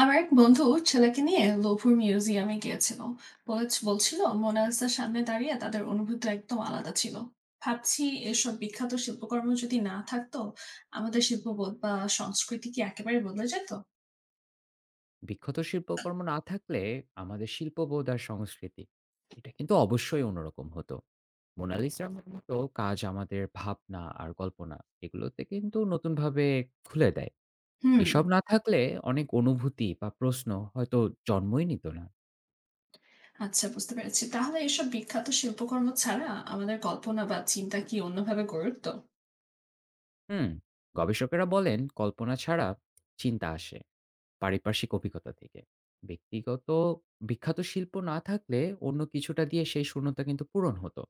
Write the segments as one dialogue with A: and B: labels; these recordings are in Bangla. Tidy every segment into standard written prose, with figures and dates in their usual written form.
A: আমার এক বন্ধু ছেলেকে নিয়ে লোভুর মিউজিয়ামে গিয়েছিল। বলছিল মোনালিসার সামনে দাঁড়িয়ে তাদের অনুভূতি একদম আলাদা ছিল। ভাবছি, এসব বিখ্যাত শিল্পকর্ম যদি না থাকতো, আমাদের শিল্পবোধ বা সংস্কৃতি কি একেবারে বদলে যেত?
B: বিখ্যাত শিল্পকর্ম না থাকলে আমাদের শিল্পবোধ আর সংস্কৃতি এটা কিন্তু অবশ্যই অন্যরকম হতো। মোনালিসার মতো কাজ আমাদের ভাবনা আর কল্পনা এগুলোতে কিন্তু নতুনভাবে খুলে দেয়।
A: হুম।
B: এসব না থাকলে অনেক অনুভূতি বা প্রশ্ন হয়তো জন্মই নিত না।
A: আচ্ছা, বুঝতে পেরেছি। তাহলে এসব বিখ্যাত শিল্পকর্ম ছাড়া আমাদের কল্পনা বা চিন্তা কি অন্যভাবে গড়ে উঠতো?
B: হুম, গবেষকেরা বলেন কল্পনা ছাড়া চিন্তা আসে। পারিপার্শ্বিক অভিজ্ঞতা থেকে। ব্যক্তিগত বিখ্যাত শিল্প না থাকলে অন্য কিছুটা দিয়ে সেই শূন্যতা কিন্তু পূরণ হতো।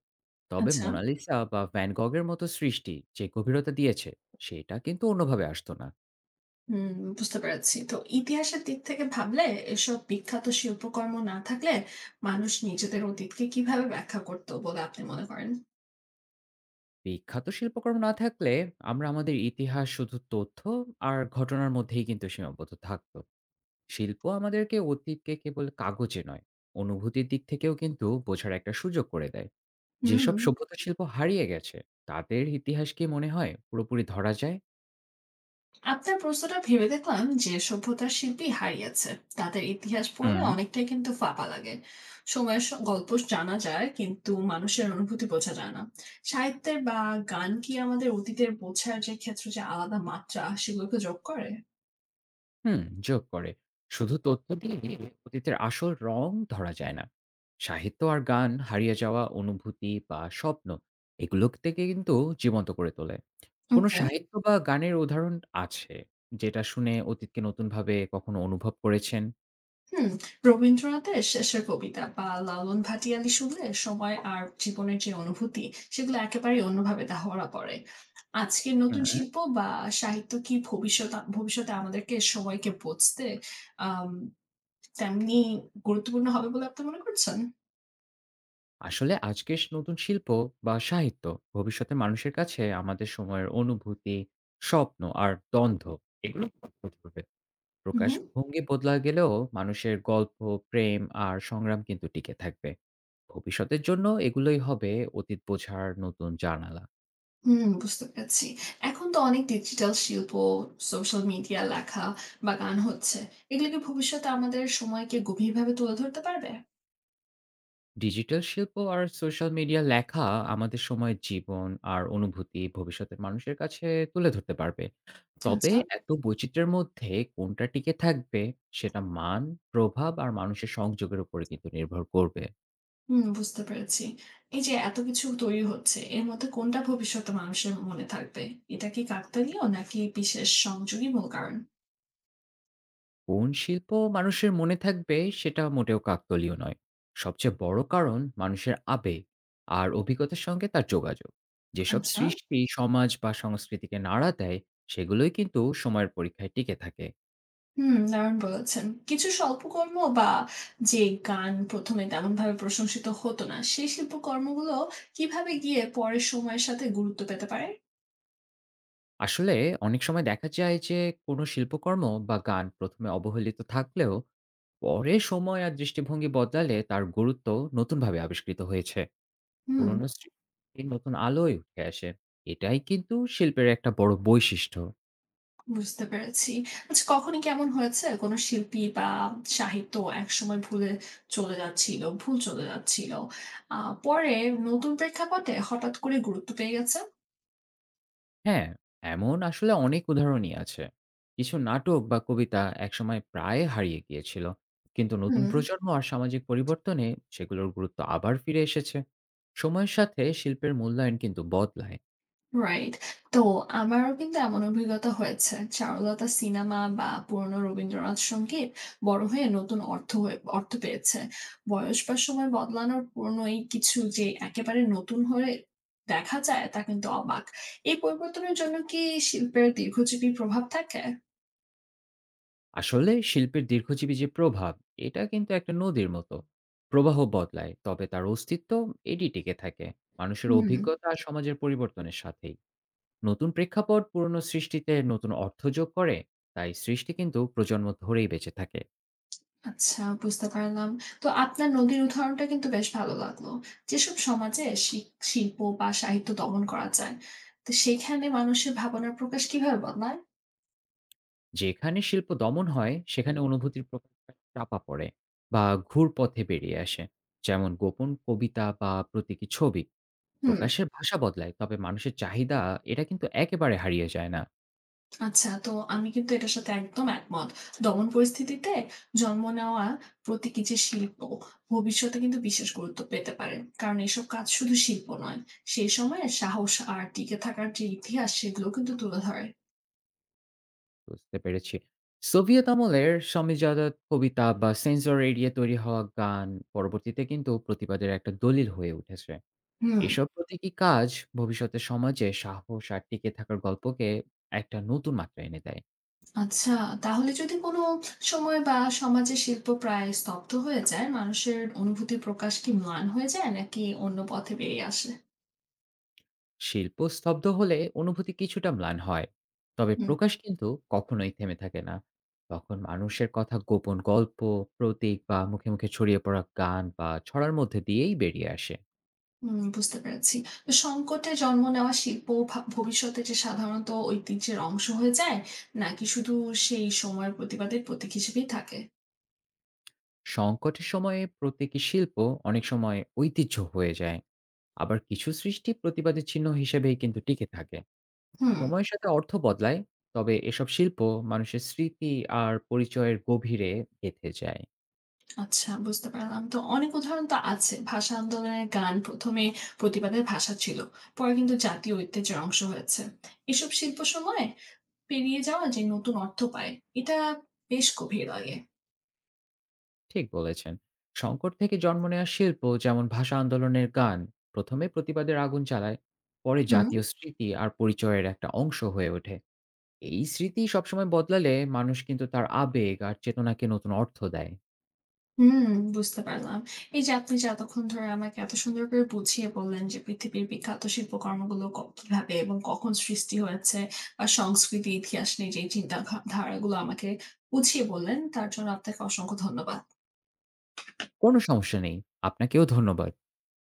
B: তবে
A: আচ্ছা।
B: মোনালিসা বা ভ্যান গগের মতো সৃষ্টি যে গভীরতা দিয়েছে, সেটা কিন্তু অন্যভাবে আসতো না।
A: হুম, বুঝতে পেরেছি। তো ইতিহাসের দিক থেকে ভাবলে এসব বিখ্যাত শিল্পকর্ম না থাকলে মানুষ নিজেদের অতীতকে কিভাবে ব্যাখ্যা করতো বলে আপনি মনে করেন?
B: বিখ্যাত শিল্পকর্ম না থাকলে আমরা আমাদের ইতিহাস শুধু তথ্য আর ঘটনার মধ্যেই কিন্তু সীমাবদ্ধ থাকতো। শিল্প আমাদেরকে অতীতকে কেবল কাগজে নয়, অনুভূতির দিক থেকেও কিন্তু বোঝার একটা সুযোগ করে দেয়। যেসব
A: হুম।
B: সভ্যতা শিল্প হারিয়ে গেছে, তাদের ইতিহাস কি মনে হয় পুরোপুরি ধরা যায়?
A: আপনার প্রশ্নটা ভেবে দেখলাম, যে সভ্যতার শিল্পী হারিয়েছে তাদের ইতিহাস পড়লে
B: হুম,
A: অনেকটাই কিন্তু ফাঁপা লাগে। সময়ের গল্প জানা যায় কিন্তু মানুষের অনুভূতি বোঝা যায় না। সাহিত্যের বা গান কি আমাদের অতীতের বোঝার যে ক্ষেত্র, যে আলাদা মাত্রা সেগুলোকে যোগ করে?
B: হুম, যোগ করে। শুধু তথ্য দিয়ে অতীতের আসল রং ধরা যায় না। সাহিত্য আর গান হারিয়ে যাওয়া অনুভূতি বা স্বপ্ন, এগুলো থেকে কিন্তু জীবন্ত করে তোলে। কোনো
A: ওকে।
B: সাহিত্য বা গানের উদাহরণ আছে, যেটা শুনে অতীতকে নতুনভাবে কখনো অনুভব করেছেন?
A: হুম। রবীন্দ্রনাথের শেষের কবিতা বা লালন ভাটিয়ালি শুনলে সময় আর জীবনের যে অনুভূতি সেগুলো একেবারে অন্যভাবে ধরা পড়ে। আজকের
B: হুম।
A: নতুন শিল্প বা সাহিত্য কি ভবিষ্যতে আমাদেরকে সময়কে বুঝতে আহ তেমনি গুরুত্বপূর্ণ হবে বলে আপনি মনে করছেন?
B: আসলে আজকের নতুন শিল্প বা সাহিত্য ভবিষ্যতে মানুষের কাছে আমাদের সময়ের অনুভূতি, স্বপ্ন আর দ্বন্দ্ব এগুলো প্রকাশ করবে।
A: হুম হুম।
B: প্রকাশভঙ্গি বদলা গেলেও মানুষের গল্প, প্রেম আর সংগ্রাম কিন্তু টিকে থাকবে। ভবিষ্যতের জন্য এগুলোই হবে অতীত বোঝার নতুন জানালা।
A: হুম, বুঝতে পেরেছি। এখন তো অনেক ডিজিটাল শিল্প, সোশ্যাল মিডিয়া লেখা বা গান হচ্ছে। এগুলো কি ভবিষ্যতে আমাদের সময়কে গভীরভাবে তুলে ধরতে পারবে?
B: ডিজিটাল শিল্প আর সোশ্যাল মিডিয়া লেখা আমাদের সময়ের জীবন আর অনুভূতি ভবিষ্যতের মানুষের কাছে তুলে ধরতে পারবে। তবে
A: আচ্ছা।
B: এত বৈচিত্র্যের মধ্যে কোনটা টিকে থাকবে সেটা মান, প্রভাব আর মানুষের সংযোগের উপরে কিন্তু নির্ভর করবে।
A: হুম, বুঝতে পেরেছি। এই যে এত কিছু তৈরি হচ্ছে, এর মধ্যে কোনটা ভবিষ্যতে মানুষের মনে থাকবে? এটা কি কাকতালীয় নাকি বিশেষ সংযোগই মূল কারণ?
B: কোন শিল্প মানুষের মনে থাকবে সেটা মোটেও কাকতলীয় নয়। সবচেয়ে বড় কারণ মানুষের আবেগ আর অভিজ্ঞতার সঙ্গে তার যোগাযোগ। যেসব
A: আচ্ছা।
B: সৃষ্টি সমাজ বা সংস্কৃতিকে নাড়া দেয় সেগুলোই কিন্তু সময়ের পরীক্ষায় টিকে থাকে।
A: হুম, দারুণ বলেছেন। কিছু স্বল্পকর্ম বা যে গান ১ম এ তেমনভাবে প্রশংসিত হতো না, সেই শিল্পকর্মগুলো কিভাবে গিয়ে পরে সময়ের সাথে গুরুত্ব পেতে পারে?
B: আসলে অনেক সময় দেখা যায় যে কোনো শিল্পকর্ম বা গান প্রথমে অবহেলিত থাকলেও পরে সময় আর দৃষ্টিভঙ্গি বদলালে তার গুরুত্ব নতুনভাবে আবিষ্কৃত হয়েছে।
A: হুম।
B: পুরনো সৃষ্টি নতুন আলোয় উঠে আসে, এটাই কিন্তু শিল্পের একটা বড় বৈশিষ্ট্য।
A: বুঝতে পেরেছি। আচ্ছা, কখনো কি এমন হয়েছে কোনো শিল্পী বা সাহিত্য একসময় ভুল চলে যাচ্ছিল। আ পরে নতুন প্রেক্ষাপটে হঠাৎ করে গুরুত্ব পেয়ে গেছে?
B: হ্যাঁ, এমন আসলে অনেক উদাহরণই আছে। কিছু নাটক বা কবিতা একসময় প্রায় হারিয়ে গিয়েছিল। কিন্তু নতুন
A: হুম।
B: প্রজন্ম আর সামাজিক পরিবর্তনে সেগুলোর গুরুত্ব আবার ফিরে এসেছে। সময়ের সাথে শিল্পের মূল্যায়ন কিন্তু বদলায়।
A: রাইট। তো আমারও কিন্তু এমন অভিজ্ঞতা হয়েছে। চারুলতা সিনেমা বা পুরনো রবীন্দ্রনাথ সংগীত বড় হয়ে নতুন অর্থ পেয়েছে। বয়স বা সময় বদলানোর পুরনো এই কিছু যে একেবারে নতুন হয়ে দেখা যায় তা কিন্তু অবাক। এই পরিবর্তনের জন্য কি শিল্পের দীর্ঘজীবী প্রভাব থাকে?
B: আসলে শিল্পের দীর্ঘজীবী যে প্রভাব, এটা কিন্তু একটা নদীর মতো। প্রবাহ বদলায়, তবে তার অস্তিত্ব এটি টিকে থাকে। মানুষের
A: হুম।
B: অভিজ্ঞতা আর সমাজের পরিবর্তনের সাথেই। নতুন প্রেক্ষাপট পুরনো সৃষ্টিতে নতুন অর্থ যোগ করে, তাই সৃষ্টি কিন্তু প্রজন্ম ধরেই বেঁচে থাকে।
A: আচ্ছা, বুঝতে পারলাম। তো আপনার নদীর উদাহরণটা কিন্তু বেশ ভালো লাগলো। যেসব সমাজে শিল্প বা সাহিত্য দমন করা যায়, তো সেইখানে মানুষের ভাবনার প্রকাশ কিভাবে বদলায়?
B: যেখানে শিল্প দমন হয় সেখানে অনুভূতির প্রকাশটা চাপা পড়ে বা ঘুরপথে বেরিয়ে আসে, যেমন গোপন কবিতা বা প্রতীকী ছবি।
A: হুম।
B: প্রকাশের ভাষা বদলায়, তবে মানুষের চাহিদা এটা কিন্তু একেবারে হারিয়ে যায় না।
A: আচ্ছা, তো আমি কিন্তু এটার সাথে একদম একমত। দমন পরিস্থিতিতে জন্ম নেওয়া প্রতীকী যে শিল্প, ভবিষ্যতে কিন্তু বিশেষ গুরুত্ব পেতে পারে। কারণ এসব কাজ শুধু শিল্প নয়, সেই সময়ে সাহস আর টিকে থাকার যে ইতিহাস সেগুলো কিন্তু তুলে ধরে।
B: বুঝতে পেরেছি, সোভিয়েত আমলের সমীজাত কবিতা বা সেন্সর এরিয়া তৈরি হওয়া গান পরবর্তীতে কিন্তু প্রতিবাদের একটা দলিল হয়ে উঠেছে।
A: হুম।
B: এসব প্রতীকী কাজ ভবিষ্যতে সমাজে সাহস আর টিকে থাকার গল্পকে একটা নতুন মাত্রা এনে দেয়।
A: আচ্ছা, তাহলে যদি কোনো সময় বা সমাজে শিল্প প্রায় স্তব্ধ হয়ে যায়, মানুষের অনুভূতি প্রকাশ কি ম্লান হয়ে যায় নাকি অন্য পথে বেরিয়ে আসে?
B: শিল্প স্তব্ধ হলে অনুভূতি কিছুটা ম্লান হয়, তবে
A: হুম।
B: প্রকাশ কিন্তু কখনোই থেমে থাকে না। তখন মানুষের কথা গোপন গল্প, প্রতীক বা মুখে মুখে ছড়িয়ে পড়া গান বা ছড়ার মধ্যে দিয়েই বেরিয়ে আসে।
A: হুম, বুঝতে পেরেছি। তো সংকটে জন্ম নেওয়া শিল্প ভবিষ্যতে যে সাধারণত ঐতিহ্যের অংশ হয়ে যায়, নাকি শুধু সেই সময়ের প্রতিবাদের প্রতীক হিসেবেই থাকে?
B: সংকটের সময়ে প্রতীকী শিল্প অনেক সময় ঐতিহ্য হয়ে যায়, আবার কিছু সৃষ্টি প্রতিবাদের চিহ্ন হিসেবেই কিন্তু টিকে থাকে।
A: হুম।
B: সময়ের সাথে অর্থ বদলায়, তবে এসব শিল্প মানুষের স্মৃতি আর পরিচয়ের গভীরে গেঁথে যায়।
A: আচ্ছা, বুঝতে পারলাম। তো অনেক উদাহরণ তো আছে। ভাষা আন্দোলনের গান ১ম এ প্রতিবাদের ভাষা ছিল। পরে কিন্তু জাতীয় ঐতিহ্যের অংশ হয়েছে। এসব শিল্প সময়ে পেরিয়ে যাওয়া যে নতুন অর্থ পায়, এটা বেশ গভীর লাগে।
B: ঠিক বলেছেন, সংকট থেকে জন্ম নেওয়া শিল্প, যেমন ভাষা আন্দোলনের গান, প্রথমে প্রতিবাদের আগুন চালায়, পরে
A: হুম।
B: জাতীয় স্মৃতি আর পরিচয়ের একটা অংশ হয়ে ওঠে। এই স্মৃতি সবসময় বদলালে মানুষ কিন্তু তার আবেগ আর চেতনাকে নতুন অর্থ দেয়।
A: হুম, বুঝতে পারলাম। এই যে আপনি যে এতক্ষণ ধরে আমাকে এত সুন্দর করে বুঝিয়ে বললেন যে পৃথিবীর বিখ্যাত শিল্পকর্মগুলো কিভাবে এবং কখন সৃষ্টি হয়েছে বা সংস্কৃতি, ইতিহাস নিয়ে যেই চিন্তা ধারাগুলো আমাকে বুঝিয়ে বললেন, তার জন্য আপনাকে অসংখ্য ধন্যবাদ।
B: কোনো সমস্যা নেই, আপনাকেও ধন্যবাদ।